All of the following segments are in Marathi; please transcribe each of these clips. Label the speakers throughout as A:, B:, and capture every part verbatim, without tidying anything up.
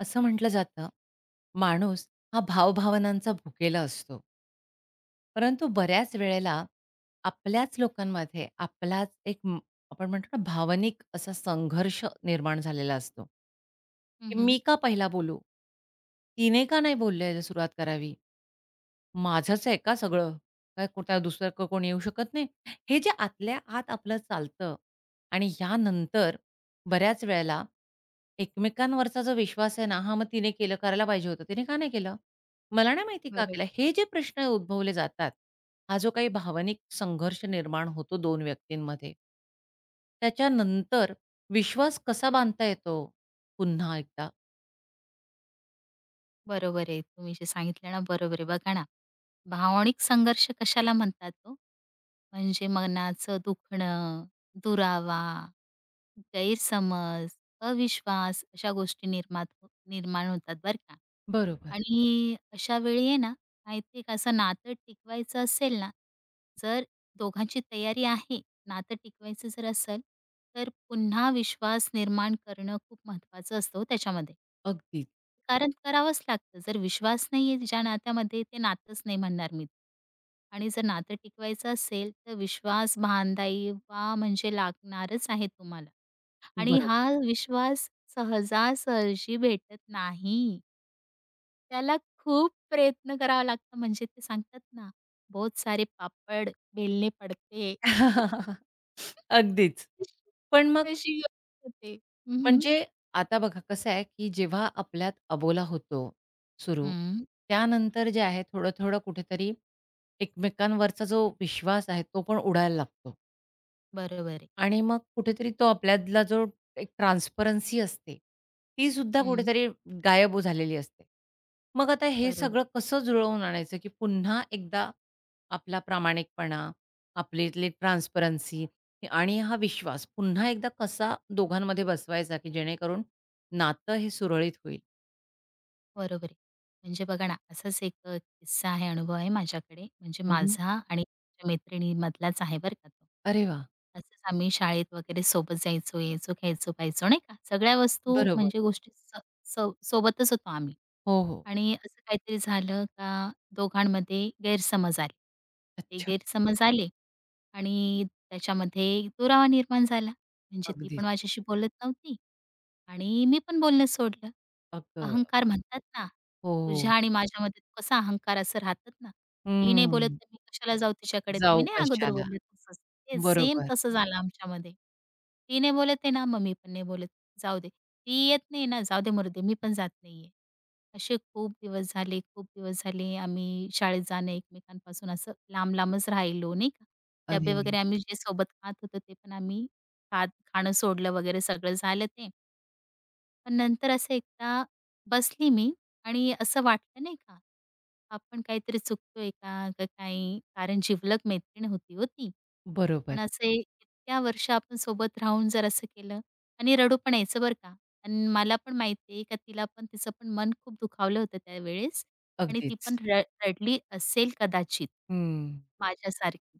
A: असं म्हटलं जातं, माणूस हा भावभावनांचा भुकेला असतो. परंतु बऱ्याच वेळेला आपल्याच लोकांमध्ये आपलाच एक म आपण म्हणतो ना, भावनिक असा संघर्ष निर्माण झालेला असतो.
B: हं,
A: की
B: हं.
A: मी का पहिला बोलू? तिने का नाही बोललेलं सुरुवात करावी? माझंच आहे का सगळं? काय कुठे दुसरं क कोणी येऊ शकत नाही? हे जे आतल्या आत आपलं चालतं आणि ह्यानंतर बऱ्याच वेळेला एकमेकांवरचा जो विश्वास आहे ना, हां, मग तिने केलं, करायला पाहिजे होतं. तिने का नाही केलं? मला नाही माहिती का केलं?
B: बरोबर.
A: हे जे प्रश्न उद्भवले जातात, हा जो काही भावनिक संघर्ष निर्माण होतो दोन व्यक्तींमध्ये त्याच्यानंतर विश्वास कसा बांधता येतो पुन्हा एकदा?
B: बरोबर आहे. तुम्ही जे सांगितलं ना बरोबर आहे. बघा ना, भावनिक संघर्ष कशाला म्हणतात ओ? म्हणजे मनाचं दुखणं, दुरावा, गैरसमज, अविश्वास अशा गोष्टी निर्मात हो, निर्माण होतात बरं का.
A: बरोबर.
B: आणि अशा वेळी आहे ना, माहिती आहे का असं नातं टिकवायचं असेल ना, जर दोघांची तयारी आहे नातं टिकवायचं जर असेल, तर पुन्हा विश्वास निर्माण करणं खूप महत्त्वाचं असतं हो त्याच्यामध्ये.
A: अगदी.
B: कारण करावंच लागतं. जर विश्वास नाहीये ज्या नात्यामध्ये ते नातंच नाही म्हणणार मी. आणि जर नातं टिकवायचं असेल, तर विश्वास बांधावा म्हणजे लागणारच आहे तुम्हाला आणि हा
A: बरोबर.
B: विश्वास सहजासहजी भेटत नाही. त्याला खूप प्रयत्न करावा लागतो म्हणजे ते सांगतात ना, बहुत सारे पापड बेलने पडते.
A: अगदीच. पण मग
B: तशी होते. हं, हं.
A: म्हणजे आता बघा कसं आहे, की जेव्हा आपल्यात अबोला होतो सुरू, त्यानंतर जे आहे थोडं-थोडं कुठेतरी एकमेकांवरचा जो विश्वास आहे, तो पण उडायला लागतो.
B: बरोबर आहे.
A: आणि मग कुठेतरी तो आपल्यातला जो एक ट्रान्सपरन्सी असते, ती सुद्धा
B: हं,
A: कुठेतरी गायब झालेली असते. मग आता हे
B: बरोबर.
A: सगळं कसं जुळवून आणायचं, की पुन्हा एकदा आपला प्रामाणिकपणा, आपल्यातली ट्रान्सपरन्सी आणि हा विश्वास पुन्हा एकदा कसा दोघांमध्ये बसवायचा, की जेणेकरून नातं हे सुरळीत होईल?
B: बरोबर आहे. म्हणजे बघा ना, असाच एक अ, किस्सा आहे, अनुभव आहे माझ्याकडे. म्हणजे
A: हं,
B: माझा आणि माझ्या मैत्रिणीमधलाच आहे बरं का तो.
A: अरे वाह!
B: असंच आम्ही शाळेत वगैरे सोबत जायचो, यायचो, खायचो, प्यायचो नाही का. सगळ्या वस्तू
A: बरोबर.
B: म्हणजे गोष्टी स सो सोबतच होतो आम्ही.
A: हो, हो.
B: आणि असं काहीतरी झालं का दोघांमध्ये गैरसमज आले. ते
A: अच्छा.
B: गैरसमज आले आणि त्याच्यामध्ये दुरावा निर्माण झाला. म्हणजे ती
A: अगदीच.
B: पण माझ्याशी बोलत नव्हती. आणि मी पण बोलणं सोडलं.
A: अगं,
B: अहंकार म्हणतात ना,
A: हो, हो.
B: तुझ्या आणि माझ्यामध्ये कसा अहंकार असं राहतात ना. ती नाही बोलत
A: हं.
B: तर मी कशाला जाऊ तिच्याकडे, तुम्ही
A: जाऊ
B: नाही अगोदर
A: कशाला?
B: बोलले तसंच. ते सेम
A: बरोबर.
B: तसं झालं आमच्यामध्ये. ती नाही बोलत आहे ना, मग मी पण नाही बोलत. जाऊ दे. ती येत नाही ना, जाऊ दे मरू दे, मी पण जात नाहीये. असे खूप दिवस झाले, खूप दिवस झाले आम्ही शाळेत जाणं एकमेकांपासून असं लांब-लांबच राहिलो नाही का. डब्बे
A: अरे!
B: वगैरे आम्ही जे सोबत खात होतो ते पण आम्ही खात खाणं सोडलं वगैरे सगळं झालं ते. पण नंतर असं एकदा बसली मी आणि असं वाटलं नाही का, आपण काहीतरी चुकतोय का? का काही? कारण जिवलग मैत्रीण होती हो पण
A: बरोबर.
B: असे इतक्या वर्ष आपण सोबत राहून जर असं केलं आणि रडू पण यायचं बरं का. आणि मला पण माहिती आहे का तिला पण तिचं पण मन खूप दुखावलं होतं त्यावेळेस आणि ती
A: अगदीच.
B: पण र रडली असेल कदाचित,
A: हं.
B: माझ्यासारखी.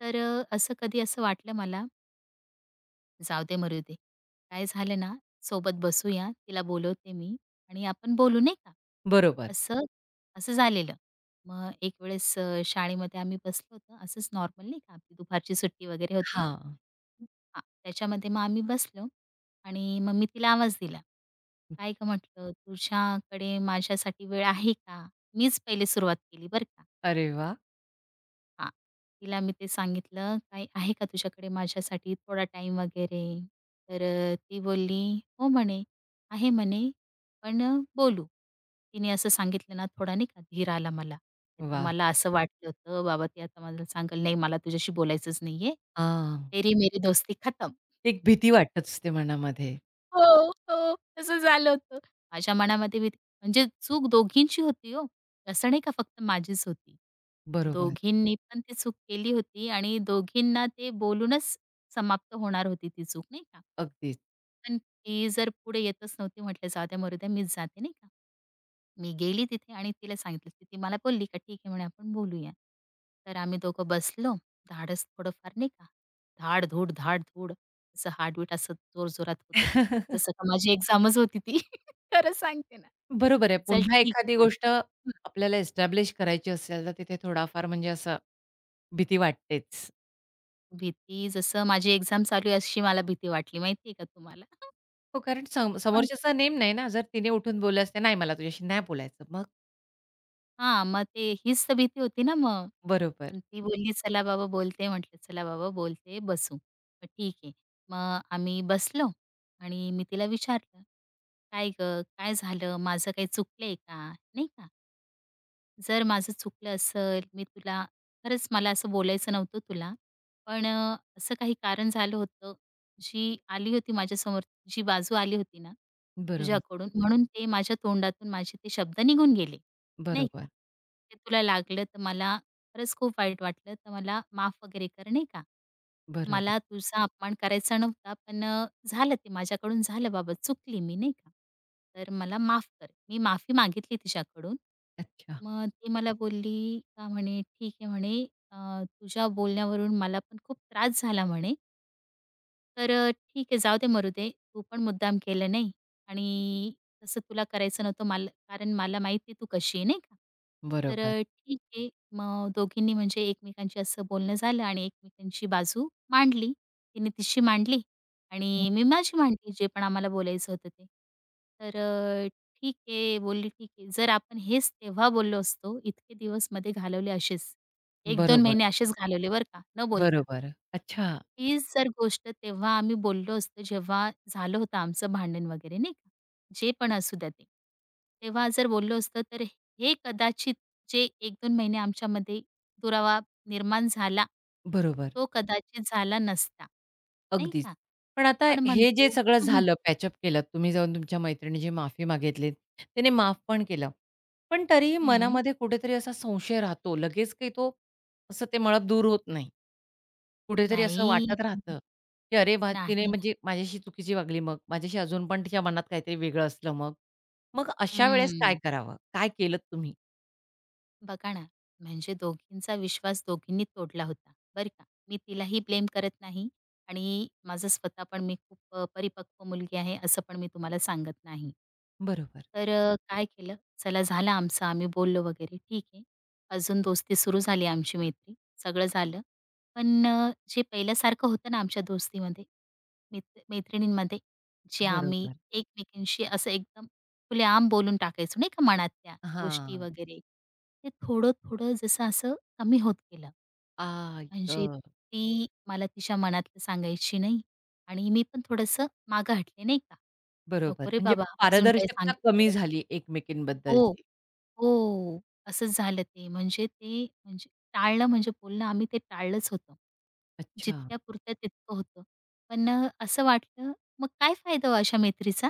B: तर अ, असं कधी असं वाटलं मला जाऊ दे मरू दे. काय झालं ना, सोबत बसूया, तिला बोलवते मी आणि आपण बोलू नाही का?
A: बरोबर.
B: असं असं झालेलं. मग एक वेळेस अ, शाळेमध्ये आम्ही बसलो होतो. असंच नॉर्मल नाही का, आपली दुपारची सुट्टी वगैरे होते.
A: हां.
B: हां, त्याच्यामध्ये मग आम्ही बसलो आणि मग मी तिला आवाज दिला. "काय गं," म्हटलं, "तुझ्याकडे माझ्यासाठी वेळ आहे का?" मीच पहिले सुरुवात केली बरं का.
A: अरे वाह!
B: हां. तिला मी ते सांगितलं, "काही आहे का तुझ्याकडे माझ्यासाठी थोडा टाइम वगैरे?" तर अ, ती बोलली, "हो" म्हणे, "आहे" म्हणे, "पण अ, बोलू." तिने असं सांगितलं ना, थोडा नाही का धीर आला मला. नाहीतर
A: वाह!
B: मला असं वाटलं होतं, बाबा ती आता मला सांगेल, "नाही, मला तुझ्याशी बोलायचंच नाहीये.
A: हां.
B: तेरी मेरी दोस्ती खतम."
A: एक भीती वाटत असते मनामध्ये.
B: हो, हो. तसं झालं होतं. माझ्या मनामध्ये भीती म्हणजे चूक दोघींची होती हो. तसं नाही का फक्त माझीच होती.
A: बरोबर.
B: दोघींनी पण ती चूक केली होती आणि दोघींना ते बोलूनच समाप्त होणार होती ती चूक नाही का?
A: अगदीच.
B: पण ती जर पुढे येतच नव्हती म्हटलं जाऊ द्या मरू द्या मीच जाते नाही का? मी गेली तिथे आणि तिला सांगितलं, की ती मला बोलली का "ठीक आहे" म्हणे "आपण बोलूया." तर आम्ही दोघं बसलो. धाडस थोडंफार नाही का, धाड-धूड, धाड-धूड असं हार्टबीट असं जोरजोरात होत होतं. जसं का माझी एक्झामच होती ती. खरं सांगते ना.
A: बरोबर आहे.
B: चल
A: पुन्हा
B: ठीक आहे
A: एखादी
B: म्हटलं.
A: गोष्ट आपल्याला एस्टॅब्लिश करायची असेल, तर तिथे थोडाफार म्हणजे असं भीती वाटतेच.
B: हं. भीती जसं माझी एक्झाम चालू आहे अशी मला भीती वाटली माहिती का तुम्हाला?
A: हो, कारण सम समोरच्याचा नेम नाही ना. जर तिने उठून बोललं असतं, "नाही, मला तुझ्याशी नाही बोलायचं." मग
B: हां, मग ते हीच तर भीती होती ना मग.
A: बरोबर.
B: पण ती बोलली, "चला बाबा बोलते." म्हटलं, "चला बाबा बोलते, बसू." मग ठीक आहे. मग आम्ही बसलो आणि मी तिला विचारलं, "काय गं, काय झालं? माझं काही चुकलंय का?" नाही का? जर माझं चुकलं असेल, मी तुला खरंच मला असं बोलायचं नव्हतं तुला. पण अ, असं काही कारण झालं होतं. जी आली होती माझ्यासमोर, जी बाजू आली होती ना
A: बरोबर.
B: तुझ्याकडून, म्हणून ते माझ्या तोंडातून माझे ते शब्द निघून गेले, नाही का?
A: बरोबर.
B: ते तुला लागलं तर मला खरंच खूप वाईट वाटलं, तर मला माफ वगैरे कर, नाही का.
A: बरोबर.
B: मला तुझा अपमान करायचा नव्हता, पण अ, झालं ते माझ्याकडून झालं बाबा, चुकली मी, नाही का. तर मला माफ कर. मी माफी मागितली तिच्याकडून.
A: अच्छा.
B: मग ती मला बोलली का म्हणे, "ठीक आहे," म्हणे, "अ, तुझ्या बोलण्यावरून मला पण खूप त्रास झाला," म्हणे. तर अ, ठीक आहे, जाऊ दे मरू दे. तू पण मुद्दाम केलं नाही आणि तसं तुला करायचं नव्हतं मला कारण मला माहिती आहे तू कशी आहे, नाही का? तर
A: बरोबर.
B: अ, ठीक आहे. मग दोघींनी म्हणजे एकमेकांशी असं बोलणं झालं आणि एकमेकांची बाजू मांडली. तिने तिची मांडली
A: हम्म.
B: आणि मी माझी मांडली, जे पण आम्हाला बोलायचं होतं ते. तर अ, ठीक आहे, बोलली ठीक आहे. जर आपण हेच तेव्हा बोललो असतो, इतके दिवस मध्ये घालवले असेच, एक दोन
A: बरोबर.
B: महिने असेच घालवले बरं का, न बोलता.
A: बरोबर. अच्छा.
B: हीच जर गोष्ट तेव्हा आम्ही बोललो असतो, जेव्हा झालं होतं आमचं भांडण वगैरे नाही का, जे पण असू द्या ते. तेव्हा जर बोललो असतो, तर हे कदाचित जे एक दोन महिने आमच्यामध्ये दुरावा निर्माण झाला,
A: बरोबर.
B: तो कदाचित झाला नसता, नाही
A: अगदीच.
B: का.
A: पण आता
B: आपण
A: हे जे
B: म्हणतो
A: सगळं
B: हं, हं.
A: झालं, पॅचअप केलत, तुम्ही जाऊन तुमच्या मैत्रिणीची माफी मागितलीत, तिने माफ पण केलं. पण तरीही
B: हं.
A: मनामध्ये कुठेतरी असा संशय राहतो. लगेच काही तो असं ते मळप दूर होत नाही. कुठेतरी असं
B: नाही,
A: वाटत राहतं, की "अरे वाह! तिने
B: नाही.
A: म्हणजे माझ्याशी चुकीची वागली मग. माझ्याशी अजून पण तिच्या मनात काहीतरी वेगळं असलं मग." मग अशा वेळेस काय
B: हं.
A: करावं? काय केलत तुम्ही?
B: बघा ना, म्हणजे दोघींचा विश्वास दोघींनी तोडला होता, बरं का. मी तिलाही ब्लेम करत नाही आणि माझं स्वतः पण मी खूप अ, परिपक्व मुलगी आहे, असं पण मी तुम्हाला सांगत नाही.
A: बरोबर,
B: तर अ, काय केलं, चला झालं आमचं, आम्ही बोललो वगैरे ठीक आहे. अजून दोस्ती सुरू झाली आमची मैत्री, सगळं झालं. पण अ, जे पहिल्यासारखं होतं ना आमच्या दोस्तीमध्ये, मित्र मैत्रिणींमध्ये, जे आम्ही
A: बरोबर.
B: एकमेकींशी असं एकदम खुलेआम बोलून टाकायचो नाही का मनातल्या गोष्टी
A: हां.
B: वगैरे, ते थोडं-थोडं जसं असं कमी होत गेलं.
A: आई
B: म्हणजे
A: गं!
B: ती मला तिच्या मनातलं सांगायची नाही आणि मी पण थोडंसं मागं हटले नाही का.
A: बरोबर.
B: नको रे
A: म्हणजे
B: बाबा, अजून काही
A: पारदर्शकता कमी
B: सांगितलं
A: झाली
B: हो,
A: एकमेकींबद्दलची.
B: हो. असंच झालं ते. म्हणजे ते म्हणजे टाळलं म्हणजे बोलणं आम्ही ते टाळलंच होतं.
A: अच्छा.
B: जितक्यापुरतं तितकं होतं. पण अ, असं वाटलं, मग काय फायदा हो अशा मैत्रीचा?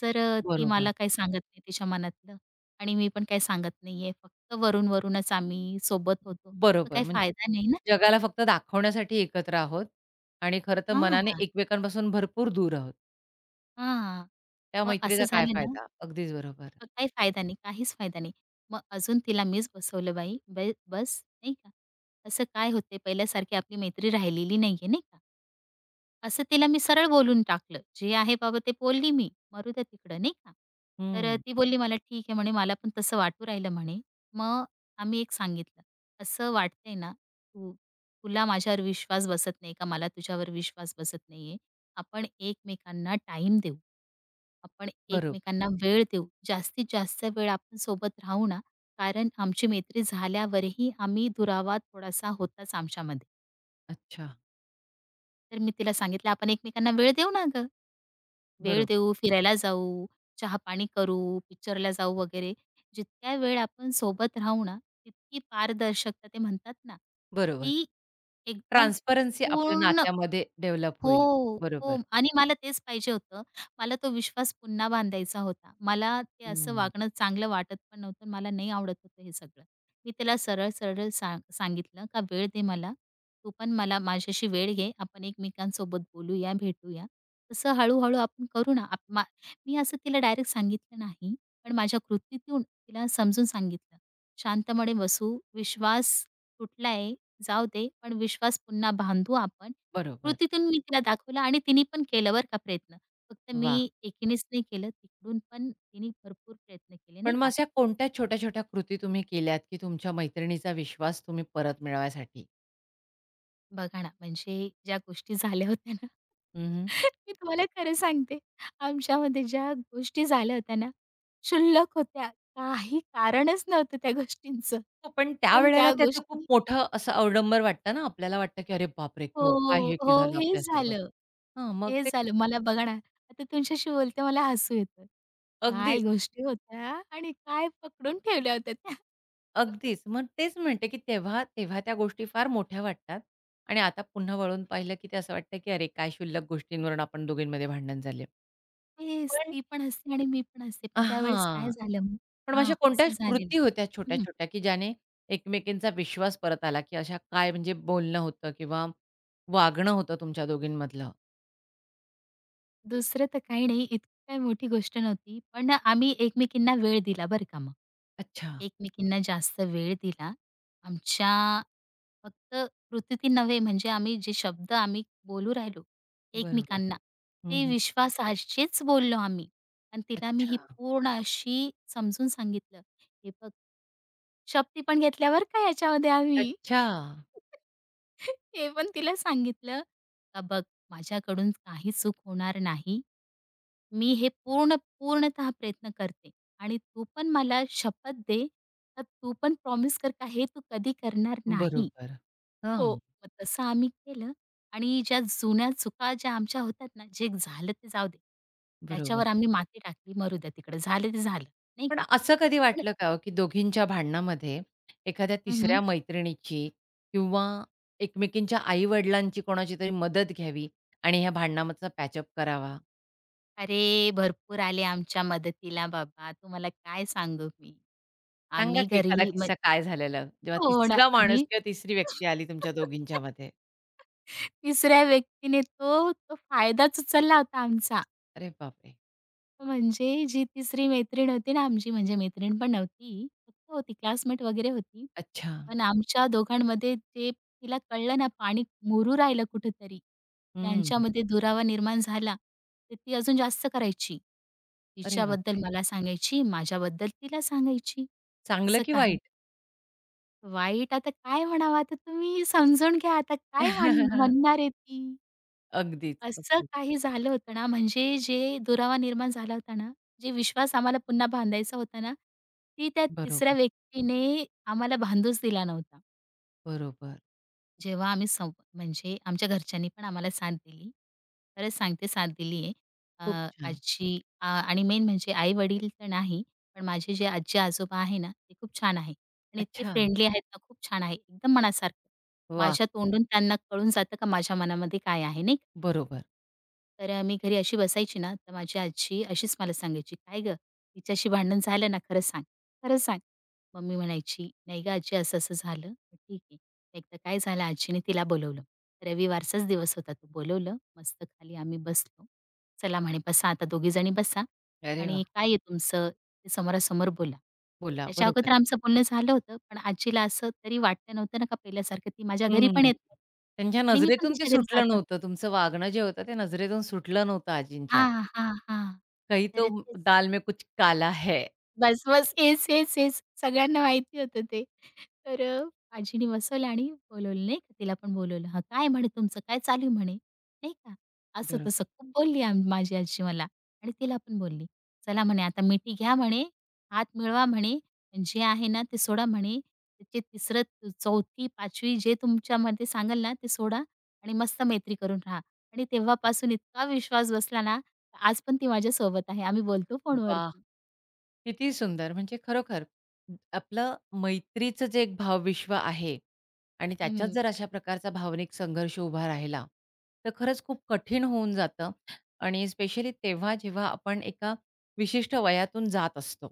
B: जर अ, ती
A: बरोबर,
B: मला काही सांगत नाही तिच्या मनातलं आणि मी पण काही सांगत नाहीये. फक्त वरून-वरूनच आम्ही सोबत होतो. मग
A: बरोबर.
B: काही फायदा नाही ना.
A: म्हणजे जगाला फक्त दाखवण्यासाठी एकत्र आहोत आणि खरं तर
B: हां,
A: मनाने एकमेकांपासून भरपूर दूर आहोत.
B: हां.
A: त्या
B: मग असं
A: मैत्रीचा काय
B: झालं ना
A: फायदा? अगदीच बरोबर.
B: अ, काही फायदा नाही, काहीच फायदा नाही. मग अजून तिला मीच बसवलं बाई, ब बस नाही का. असं काय होतंय पहिल्यासारखी आपली मैत्री राहिलेली नाहीये, नाही का. असं तिला मी सरळ बोलून टाकलं. जे आहे बाबा ते बोलली मी, मरू द्या तिकडं नाही का. तर अ,
A: हं.
B: ती बोलली मला ठीक आहे म्हणे, मला पण तसं वाटू राहिलं म्हणे. मग आम्ही एक सांगितलं, असं वाटतंय ना, तू तुला माझ्यावर विश्वास बसत नाही का, मला तुझ्यावर विश्वास बसत नाहीये. आपण एकमेकांना टाईम देऊ. आपण
A: बरोबर.
B: एकमेकांना वेळ देऊ. जास्तीत जास्त वेळ आपण सोबत राहू ना, कारण आमची मैत्री झाल्यावरही आम्ही दुरावा थोडासा होताच आमच्यामध्ये.
A: अच्छा.
B: तर मी तिला सांगितलं, "आपण एकमेकांना वेळ देऊ ना गं. वेळ
A: बरोबर,
B: देऊ, फिरायला जाऊ, चहा-पाणी करू, पिक्चरला जाऊ वगैरे." जितक्या वेळ आपण सोबत राहू ना, तितकी पारदर्शकता ते म्हणतात ना,
A: बरोबर.
B: ती एकदम
A: ट्रान्सपरन्सी आपल्या
B: पूर्ण
A: नात्यामध्ये डेव्हलप होईल.
B: हो,
A: बरोबर.
B: हो. आणि मला तेच पाहिजे होतं. मला तो विश्वास पुन्हा बांधायचा होता. मला ते असं
A: हं.
B: वागणं चांगलं वाटत पण नव्हतं. मला नाही आवडत होतं हे सगळं. मी त्याला सरळ-सरळ सांग सांगितलं का "वेळ दे मला. तू पण मला माझ्याशी वेळ घे. आपण एकमेकांसोबत बोलूया, भेटूया." तसं हळू-हळू आपण करू ना. आप मा मी असं तिला डायरेक्ट सांगितलं नाही. पण माझ्या कृतीतून तिला समजून सांगितलं. "शांतपणे बसू. विश्वास तुटलाय, जाऊ दे. पण विश्वास पुन्हा बांधू आपण
A: बरोबर.
B: कृतीतून मी तिला दाखवलं आणि तिने पण केलं बरं का प्रयत्न. फक्त मी
A: वाह!
B: एकीनेच नाही केलं, तिकडून पण तिने भरपूर प्रयत्न केले,
A: पण
B: नाही
A: मग
B: का.
A: अशा कोणत्या छोट्या-छोट्या कृती तुम्ही केल्यात, की तुमच्या मैत्रिणीचा विश्वास तुम्ही परत मिळवायसाठी?
B: बघा ना, म्हणजे ज्या गोष्टी झाल्या होत्या ना, मी तुम्हाला खरं सांगते, आमच्यामध्ये ज्या गोष्टी झाल्या होत्या ना, क्षुल्लक होत्या. काही कारणच नव्हतं त्या गोष्टींचं.
A: हो, पण
B: पण
A: त्यावेळेला
B: त्या
A: त्याचं खूप
B: गोष्टी
A: मोठं असं अवडंबर वाटतं ना, आपल्याला वाटतं, की "अरे बापरे! केव काय
B: हो,
A: हे की
B: हो.
A: झालं
B: हेच
A: आपल्याचबरोबर?"
B: झालं.
A: हां, मग ते
B: हेच झालं. मला बघा ना, आता तुमच्याशी बोलते मला हसू येतं. काय
A: अगदीच,
B: गोष्टी होत्या आणि काय पकडून ठेवल्या होत्या त्या.
A: अगदीच. मग तेच म्हणते, की तेव्हा तेव्हा त्या गोष्टी फार मोठ्या वाटतात आणि आता पुन्हा वळून पाहिलं, की ते असं वाटतं, की "अरे, काय शुल्लक गोष्टींवरून आपण दोघींमध्ये भांडण झाले."
B: तेच
A: पण
B: ती पण हसते आणि मी पण हसते. पण त्यावेळेस
A: हां,
B: काय झालं मग
A: पण
B: हां,
A: अशा कोणत्या
B: असं झालेलं.
A: कृती होत्या
B: हं.
A: छोट्या-छोट्या, की ज्याने एकमेकींचा विश्वास परत आला, की अशा काय म्हणजे बोलणं होतं किंवा वागणं होतं तुमच्या दोघींमधलं?
B: दुसरं तर काही नाही, इतकी काही मोठी गोष्ट नव्हती. पण आम्ही एकमेकींना वेळ दिला बरं का मग.
A: अच्छा,
B: एकमेकींना जास्त वेळ दिला. आमच्या फक्त कृतीतून नव्हे म्हणजे आम्ही जे शब्द आम्ही बोलू राहिलो
A: बरोबर.
B: एकमेकांना, ते
A: हं,
B: विश्वासाचेच बोललो आम्ही. आणि तिला मी
A: अच्छा.
B: ही पूर्ण अशी समजून सांगितलं. हे बघ, शपथी पण घेतल्या बरं याच्यामध्ये आम्ही.
A: अच्छा.
B: हे पण तिला सांगितलं, का बघ माझ्याकडून काही चूक होणार नाही. मी हे पूर्ण पूर्णतः प्रयत्न करते आणि तू पण मला शपथ दे का तू पण प्रॉमिस कर का हे तू कधी करणार नाही.
A: बरोबर.
B: हो.
A: हां,
B: मग तसं आम्ही केलं आणि ज्या जुन्या चुका ज्या आमच्या होतात ना, जे झालं ते जाऊ दे.
A: बरोबर.
B: त्याच्यावर आम्ही माती टाकली, मरू द्या तिकडं, झालं ते झालं, नाही
A: पण
B: का?
A: असं कधी
B: पण
A: वाटलं का हो, की दोघींच्या भांडणामध्ये एखाद्या तिसऱ्या
B: हं,
A: मैत्रिणीची किंवा एकमेकींच्या आई-वडिलांची कोणाचीतरी मदत घ्यावी आणि ह्या भांडणामधचा पॅचअप करावा?
B: अरे, भरपूर आले आमच्या मदतीला बाबा, तुम्हाला काय सांगू मी.
A: सांगा
B: आम्ही
A: की एखादा
B: घरी मग
A: किस्सा काय झालेला, जेव्हा
B: हो ना,
A: तिसरा माणूस
B: आम्ही
A: किंवा तिसरी व्यक्ती आली तुमच्या दोघींच्यामध्ये?
B: तिसऱ्या व्यक्तीने तो तो फायदाच उचलला होता आमचा.
A: अरे बापरे!
B: म्हणजे जी तिसरी मैत्रीण होती ना आमची, म्हणजे मैत्रीण पण नव्हती, फक्त होती क्लासमेट वगैरे होती.
A: अच्छा.
B: पण आमच्या दोघांमध्ये जे तिला कळलं ना पाणी मुरू राहिलं कुठेतरी,
A: हं.
B: त्यांच्यामध्ये दुरावा निर्माण झाला, तर ती अजून जास्त करायची.
A: अरे
B: तिच्याबद्दल
A: बापरे!
B: मला सांगायची, माझ्याबद्दल तिला सांगायची.
A: चांगलं
B: असं
A: की
B: काही
A: वाईट?
B: वाईट आता काय म्हणावं आता तुम्ही समजून घ्या आता काय म्हण म्हणणार आहे ती?
A: अगदीच,
B: असं
A: अगदीच.
B: काही झालं होतं ना, म्हणजे जे दुरावा निर्माण झाला होता ना, जे विश्वास आम्हाला पुन्हा बांधायचा होता ना, ती त्या तिसऱ्या
A: बरोबर,
B: व्यक्तीने आम्हाला बांधूच दिला नव्हता.
A: बरोबर.
B: जेव्हा आम्ही सं म्हणजे आमच्या घरच्यांनी पण आम्हाला साथ दिली. खरंच सांगते साथ दिली आहे. अ,
A: खूप छान.
B: आजी अ, आणि मेन म्हणजे आई-वडील तर नाही, पण माझे जे आजी-आजोबा आहे ना, ते खूप छान आहे आणि इतके
A: अच्छा.
B: फ्रेंडली आहेत ना, खूप छान आहे, एकदम मनासारखं.
A: वाह!
B: माझ्या तोंडून त्यांना कळून जातं का माझ्या मनामध्ये काय आहे, नाही
A: बरोबर.
B: तर अ, मी घरी अशी बसायची ना, तर माझी आजी अशीच मला सांगायची, "काय गं, तिच्याशी भांडण झालं ना, खरं सांग, खरं सांग." मग मी म्हणायची, "नाही गं आजी, असं-असं झालं." मग "ठीक आहे." मग एकदा काय झालं, आजीने तिला बोलवलं. रविवारचाच दिवस होता तो. बोलवलं, मस्त खाली आम्ही बसलो. "चला," म्हणे, "बसा आता दोघीजणी बसा
A: अरे वाह!
B: आणि काय आहे तुमचं, ते समोरासमोर बोला."
A: बोला.
B: त्याच्या अगोदर
A: बरोबर.
B: आमचं बोलणं झालं होतं, पण आजीला असं तरी वाटलं नव्हतं ना, का पहिल्यासारखं ती माझ्या घरी पण
A: हं.
B: येत नाही
A: त्यांच्या
B: आणि मी पण
A: नजरेतून ते
B: तिच्या घरी
A: सुटलं
B: जात
A: नव्हतं. तुमचं वागणं जे होतं ते नजरेतून सुटलं नव्हतं आजींच्या.
B: हां, हां, हां.
A: कही तो
B: तर तेच.
A: दाल में कुछ काला है.
B: बस, बस. हेच, हेच, हेच. सगळ्यांना माहिती होतं ते. तर अ, आजीने बसवलं आणि बोलवलं नाही का, तिला पण बोलवलं. "हां, काय म्हणे तुमचं काय चालू आहे?" म्हणे, नाही का. असं-तसं
A: बरोबर.
B: खूप बोलली आम माझी आजी मला आणि तिला पण बोलली. "चला म्हणे आता मिठी घ्या म्हणे, हात मिळवा म्हणे, जे आहे ना ते सोडा म्हणे. त्याची तिसरं, च चौथी, पाचवी जे तुमच्यामध्ये सांगाल ना ते सोडा आणि मस्त मैत्री करून राहा." आणि तेव्हापासून इतका विश्वास बसला ना, आज पण ती माझ्यासोबत आहे. आम्ही बोलतो
A: वा,
B: फोनवरती.
A: किती सुंदर. म्हणजे खरोखर आपलं मैत्रीचं जे एक भावविश्व आहे आणि त्याच्यात
B: हं.
A: जर अशा प्रकारचा भावनिक संघर्ष उभा राहिला, तर खरंच खूप कठीण होऊन जातं आणि स्पेशली तेव्हा जेव्हा आपण एका विशिष्ट वयातून जात असतो.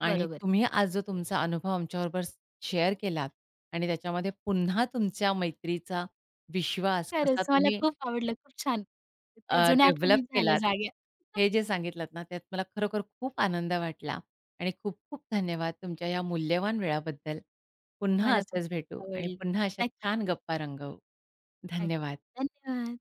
A: आणि
B: बरोबर.
A: तुम्ही आज जो तुमचा अनुभव आमच्याबरोबर शेअर केलात आणि त्याच्यामध्ये पुन्हा तुमच्या मैत्रीचा विश्वास कसा
B: खरंच मला
A: तुम्ही
B: खूप आवडलं. खूप छान. त्या
A: अ,
B: जुन्या
A: डेव्हलप
B: आठवणी झाल्या
A: केलात,
B: जाग्या.
A: हे जे सांगितलात ना, त्यात मला खरोखर खूप आनंद वाटला आणि खूप-खूप धन्यवाद तुमच्या या मूल्यवान वेळाबद्दल. पुन्हा
B: मला पण
A: असेच भेटू
B: खूप
A: आणि
B: आवडली.
A: पुन्हा अशा छान
B: नक्कीच,
A: गप्पा रंगवू.
B: नक्की, नक्की.
A: धन्यवाद.
B: धन्यवाद.